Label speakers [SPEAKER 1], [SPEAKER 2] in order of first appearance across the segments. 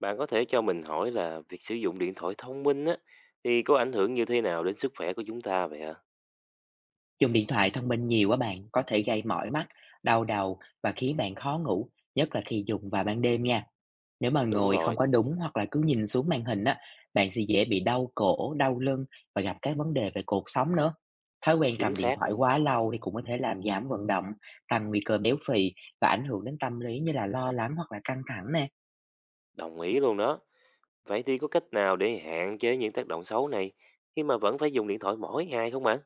[SPEAKER 1] Bạn có thể cho mình hỏi là việc sử dụng điện thoại thông minh á thì có ảnh hưởng như thế nào đến sức khỏe của chúng ta vậy ạ?
[SPEAKER 2] Dùng điện thoại thông minh nhiều á bạn, có thể gây mỏi mắt, đau đầu và khiến bạn khó ngủ, nhất là khi dùng vào ban đêm nha. Nếu mà
[SPEAKER 1] Đúng
[SPEAKER 2] ngồi không
[SPEAKER 1] rồi,
[SPEAKER 2] có đúng hoặc là cứ nhìn xuống màn hình á, bạn sẽ dễ bị đau cổ, đau lưng và gặp các vấn đề về cột sống nữa. Thói quen
[SPEAKER 1] chính
[SPEAKER 2] cầm điện
[SPEAKER 1] xác,
[SPEAKER 2] thoại
[SPEAKER 1] nha,
[SPEAKER 2] quá lâu thì cũng có thể làm giảm vận động, tăng nguy cơ béo phì và ảnh hưởng đến tâm lý như là lo lắng hoặc là căng thẳng nè.
[SPEAKER 1] đồng ý luôn đó. Vậy thì có cách nào để hạn chế những tác động xấu này khi mà vẫn phải dùng điện thoại mỗi ngày không bạn?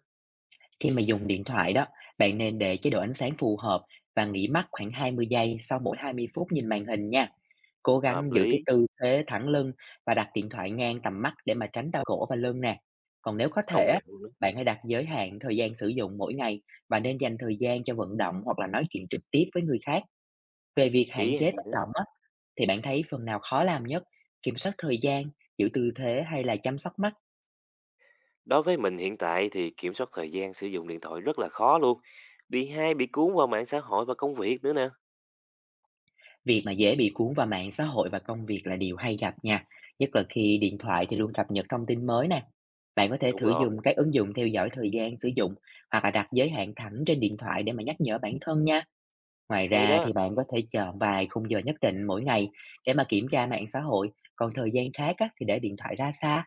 [SPEAKER 2] Khi mà dùng điện thoại đó, bạn nên để chế độ ánh sáng phù hợp và nghỉ mắt khoảng 20 giây sau mỗi 20 phút nhìn màn hình nha. Cố gắng
[SPEAKER 1] Hợp
[SPEAKER 2] giữ cái
[SPEAKER 1] lý,
[SPEAKER 2] tư thế thẳng lưng và đặt điện thoại ngang tầm mắt để mà tránh đau cổ và lưng nè. Còn nếu có thể
[SPEAKER 1] công
[SPEAKER 2] á,
[SPEAKER 1] nhận luôn đó.
[SPEAKER 2] bạn hãy đặt giới hạn thời gian sử dụng mỗi ngày và nên dành thời gian cho vận động hoặc là nói chuyện trực tiếp với người khác. Về việc hạn
[SPEAKER 1] Ý
[SPEAKER 2] chế
[SPEAKER 1] hay.
[SPEAKER 2] tác động á, thì bạn thấy phần nào khó làm nhất? Kiểm soát thời gian, giữ tư thế hay là chăm sóc mắt?
[SPEAKER 1] Đối với mình hiện tại thì kiểm soát thời gian sử dụng điện thoại rất là khó luôn. Vì hay bị cuốn vào mạng xã hội và công việc nữa nè.
[SPEAKER 2] Việc mà dễ bị cuốn vào mạng xã hội và công việc là điều hay gặp nha, nhất là khi điện thoại thì luôn cập nhật thông tin mới nè. Bạn có thể
[SPEAKER 1] Đúng
[SPEAKER 2] thử dùng
[SPEAKER 1] rồi,
[SPEAKER 2] các ứng dụng theo dõi thời gian sử dụng hoặc là đặt giới hạn thẳng trên điện thoại để mà nhắc nhở bản thân nha. Ngoài
[SPEAKER 1] hay
[SPEAKER 2] ra
[SPEAKER 1] đó,
[SPEAKER 2] thì bạn có thể chọn vài khung giờ nhất định mỗi ngày để mà kiểm tra mạng xã hội, còn thời gian khác á, thì để điện thoại ra xa.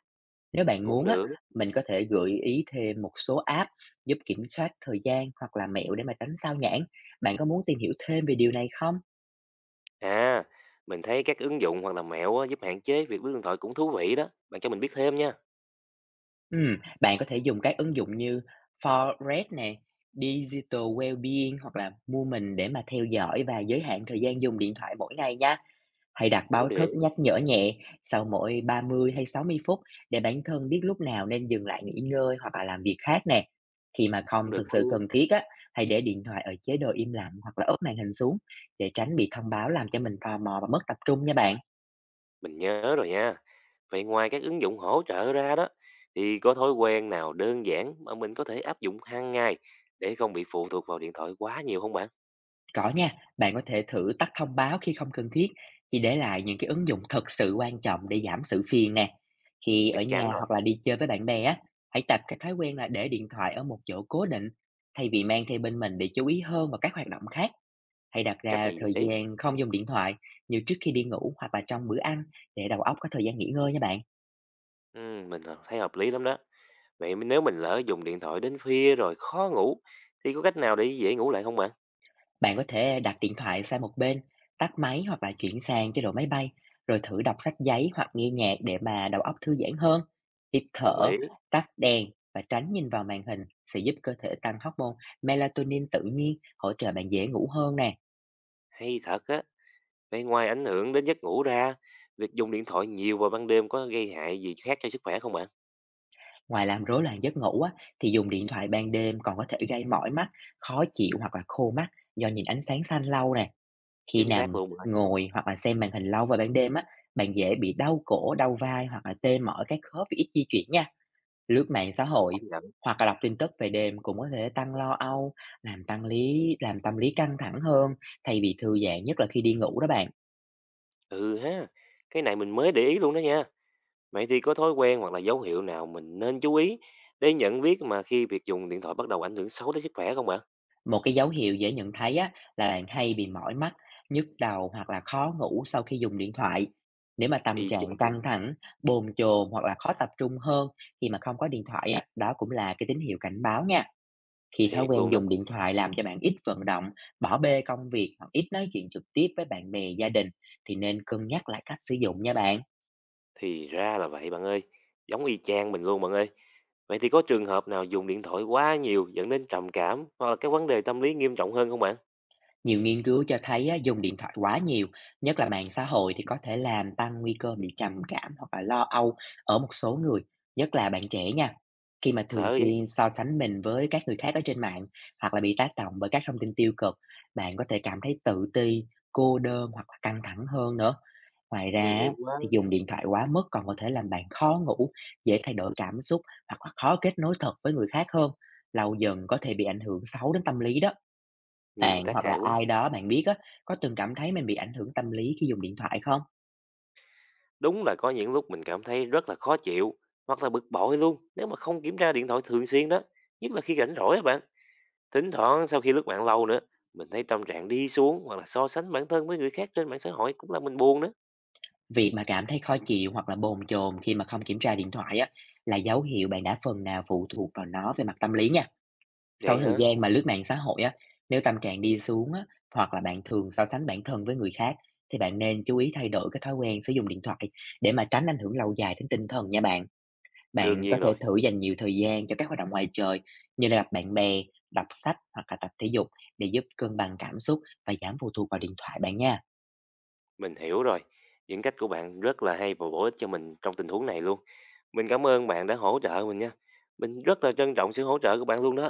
[SPEAKER 2] Nếu bạn
[SPEAKER 1] cũng
[SPEAKER 2] muốn á,
[SPEAKER 1] được.
[SPEAKER 2] mình có thể gợi ý thêm một số app giúp kiểm soát thời gian hoặc là mẹo để mà tránh sao nhãng. Bạn có muốn tìm hiểu thêm về điều này không?
[SPEAKER 1] À, mình thấy các ứng dụng hoặc là mẹo á, giúp hạn chế việc lướt điện thoại cũng thú vị đó. Bạn cho mình biết thêm nha.
[SPEAKER 2] Bạn có thể dùng các ứng dụng như Forest nè, Digital Wellbeing hoặc là Moomin để mà theo dõi và giới hạn thời gian dùng điện thoại mỗi ngày nha. Hãy đặt
[SPEAKER 1] Cũng
[SPEAKER 2] báo thức
[SPEAKER 1] để,
[SPEAKER 2] nhắc nhở nhẹ sau mỗi 30 hay 60 phút để bản thân biết lúc nào nên dừng lại nghỉ ngơi hoặc là làm việc khác nè. Khi mà không
[SPEAKER 1] cũng được
[SPEAKER 2] thực sự
[SPEAKER 1] luôn.
[SPEAKER 2] cần thiết á, hãy để điện thoại ở chế độ im lặng hoặc là úp màn hình xuống để tránh bị thông báo làm cho mình tò mò và mất tập trung nha bạn.
[SPEAKER 1] Mình nhớ rồi nha. Vậy ngoài các ứng dụng hỗ trợ ra đó, thì có thói quen nào đơn giản mà mình có thể áp dụng hàng ngày để không bị phụ thuộc vào điện thoại quá nhiều không bạn?
[SPEAKER 2] Có nha, bạn có thể thử tắt thông báo khi không cần thiết, chỉ để lại những cái ứng dụng thật sự quan trọng để giảm sự phiền nè. Khi ở
[SPEAKER 1] Chắc chắn
[SPEAKER 2] nhà
[SPEAKER 1] rồi,
[SPEAKER 2] hoặc là đi chơi với bạn bè á, hãy tập cái thói quen là để điện thoại ở một chỗ cố định, thay vì mang theo bên mình để chú ý hơn vào các hoạt động khác. Hãy đặt
[SPEAKER 1] cách
[SPEAKER 2] ra
[SPEAKER 1] này
[SPEAKER 2] thời
[SPEAKER 1] dễ.
[SPEAKER 2] gian không dùng điện thoại như trước khi đi ngủ hoặc là trong bữa ăn để đầu óc có thời gian nghỉ ngơi nha bạn.
[SPEAKER 1] Ừ, mình thấy hợp lý lắm đó. Vậy nếu mình lỡ dùng điện thoại đến khuya rồi khó ngủ, thì có cách nào để dễ ngủ lại không bạn?
[SPEAKER 2] Bạn có thể đặt điện thoại sang một bên, tắt máy hoặc là chuyển sang chế độ máy bay, rồi thử đọc sách giấy hoặc nghe nhạc để mà đầu óc thư giãn hơn. Hít
[SPEAKER 1] Đồng
[SPEAKER 2] thở,
[SPEAKER 1] ý.
[SPEAKER 2] tắt đèn và tránh nhìn vào màn hình sẽ giúp cơ thể tăng hormone melatonin tự nhiên, hỗ trợ bạn dễ ngủ hơn nè.
[SPEAKER 1] Hay thật á. Vậy ngoài ảnh hưởng đến giấc ngủ ra, việc dùng điện thoại nhiều vào ban đêm có gây hại gì khác cho sức khỏe không bạn?
[SPEAKER 2] Ngoài làm rối loạn giấc ngủ á, thì dùng điện thoại ban đêm còn có thể gây mỏi mắt, khó chịu hoặc là khô mắt do nhìn ánh sáng xanh lâu nè. Khi
[SPEAKER 1] Chính xác
[SPEAKER 2] nằm,
[SPEAKER 1] luôn bạn,
[SPEAKER 2] ngồi hoặc là xem màn hình lâu vào ban đêm á, bạn dễ bị đau cổ, đau vai hoặc là tê mỏi các khớp vì ít di chuyển nha. Lướt mạng xã hội
[SPEAKER 1] công nhận.
[SPEAKER 2] hoặc là đọc tin tức về đêm cũng có thể tăng lo âu, làm tăng lý làm tâm lý căng thẳng hơn thay vì thư giãn, nhất là khi đi ngủ đó bạn.
[SPEAKER 1] Ừ ha, cái này mình mới để ý luôn đó nha. Vậy thì có thói quen hoặc là dấu hiệu nào mình nên chú ý để nhận biết mà khi việc dùng điện thoại bắt đầu ảnh hưởng xấu đến sức khỏe không bạn?
[SPEAKER 2] Một cái dấu hiệu dễ nhận thấy á, là bạn hay bị mỏi mắt, nhức đầu hoặc là khó ngủ sau khi dùng điện thoại. Nếu mà tâm
[SPEAKER 1] Y chang
[SPEAKER 2] trạng
[SPEAKER 1] luôn,
[SPEAKER 2] căng thẳng, bồn chồn hoặc là khó tập trung hơn khi mà không có điện thoại á, đó cũng là cái tín hiệu cảnh báo nha. Khi thói
[SPEAKER 1] thiệt
[SPEAKER 2] quen
[SPEAKER 1] luôn đó.
[SPEAKER 2] dùng điện thoại làm cho bạn ít vận động, bỏ bê công việc hoặc ít nói chuyện trực tiếp với bạn bè, gia đình thì nên cân nhắc lại cách sử dụng nha bạn.
[SPEAKER 1] Thì ra là vậy bạn ơi, giống y chang mình luôn bạn ơi. Vậy thì có trường hợp nào dùng điện thoại quá nhiều dẫn đến trầm cảm hoặc là các vấn đề tâm lý nghiêm trọng hơn không bạn?
[SPEAKER 2] Nhiều nghiên cứu cho thấy á, dùng điện thoại quá nhiều, nhất là mạng xã hội thì có thể làm tăng nguy cơ bị trầm cảm hoặc là lo âu ở một số người, nhất là bạn trẻ nha. Khi mà
[SPEAKER 1] Sợ
[SPEAKER 2] thường
[SPEAKER 1] vậy,
[SPEAKER 2] xuyên so sánh mình với các người khác ở trên mạng hoặc là bị tác động bởi các thông tin tiêu cực, bạn có thể cảm thấy tự ti, cô đơn hoặc là căng thẳng hơn nữa. Ngoài
[SPEAKER 1] nguy
[SPEAKER 2] ra á,
[SPEAKER 1] hiểm quá,
[SPEAKER 2] thì dùng điện thoại quá mức còn có thể làm bạn khó ngủ, dễ thay đổi cảm xúc hoặc là khó kết nối thật với người khác hơn. Lâu dần có thể bị ảnh hưởng xấu đến tâm lý đó.
[SPEAKER 1] nhiều
[SPEAKER 2] Bạn
[SPEAKER 1] tác
[SPEAKER 2] hoặc là
[SPEAKER 1] hại quá.
[SPEAKER 2] ai đó bạn biết á, có từng cảm thấy mình bị ảnh hưởng tâm lý khi dùng điện thoại không?
[SPEAKER 1] Đúng là có những lúc mình cảm thấy rất là khó chịu hoặc là bực bội luôn nếu mà không kiểm tra điện thoại thường xuyên đó, nhất là khi rảnh rỗi á bạn. Thỉnh thoảng sau khi lướt mạng lâu nữa, mình thấy tâm trạng đi xuống hoặc là so sánh bản thân với người khác trên mạng xã hội cũng làm mình buồn nữa.
[SPEAKER 2] Việc mà cảm thấy khó chịu hoặc là bồn chồn khi mà không kiểm tra điện thoại á, là dấu hiệu bạn đã phần nào phụ thuộc vào nó về mặt tâm lý nha. Sau
[SPEAKER 1] Vậy
[SPEAKER 2] thời
[SPEAKER 1] hả?
[SPEAKER 2] gian mà lướt mạng xã hội á, nếu tâm trạng đi xuống á, hoặc là bạn thường so sánh bản thân với người khác thì bạn nên chú ý thay đổi cái thói quen sử dụng điện thoại để mà tránh ảnh hưởng lâu dài đến tinh thần nha bạn.
[SPEAKER 1] Đương
[SPEAKER 2] Bạn có
[SPEAKER 1] nhiên rồi,
[SPEAKER 2] thể thử dành nhiều thời gian cho các hoạt động ngoài trời như là gặp bạn bè, đọc sách hoặc là tập thể dục để giúp cân bằng cảm xúc và giảm phụ thuộc vào điện thoại bạn nha.
[SPEAKER 1] mình hiểu rồi. Những cách của bạn rất là hay và bổ ích cho mình trong tình huống này luôn. Mình cảm ơn bạn đã hỗ trợ mình nha. Mình rất là trân trọng sự hỗ trợ của bạn luôn đó.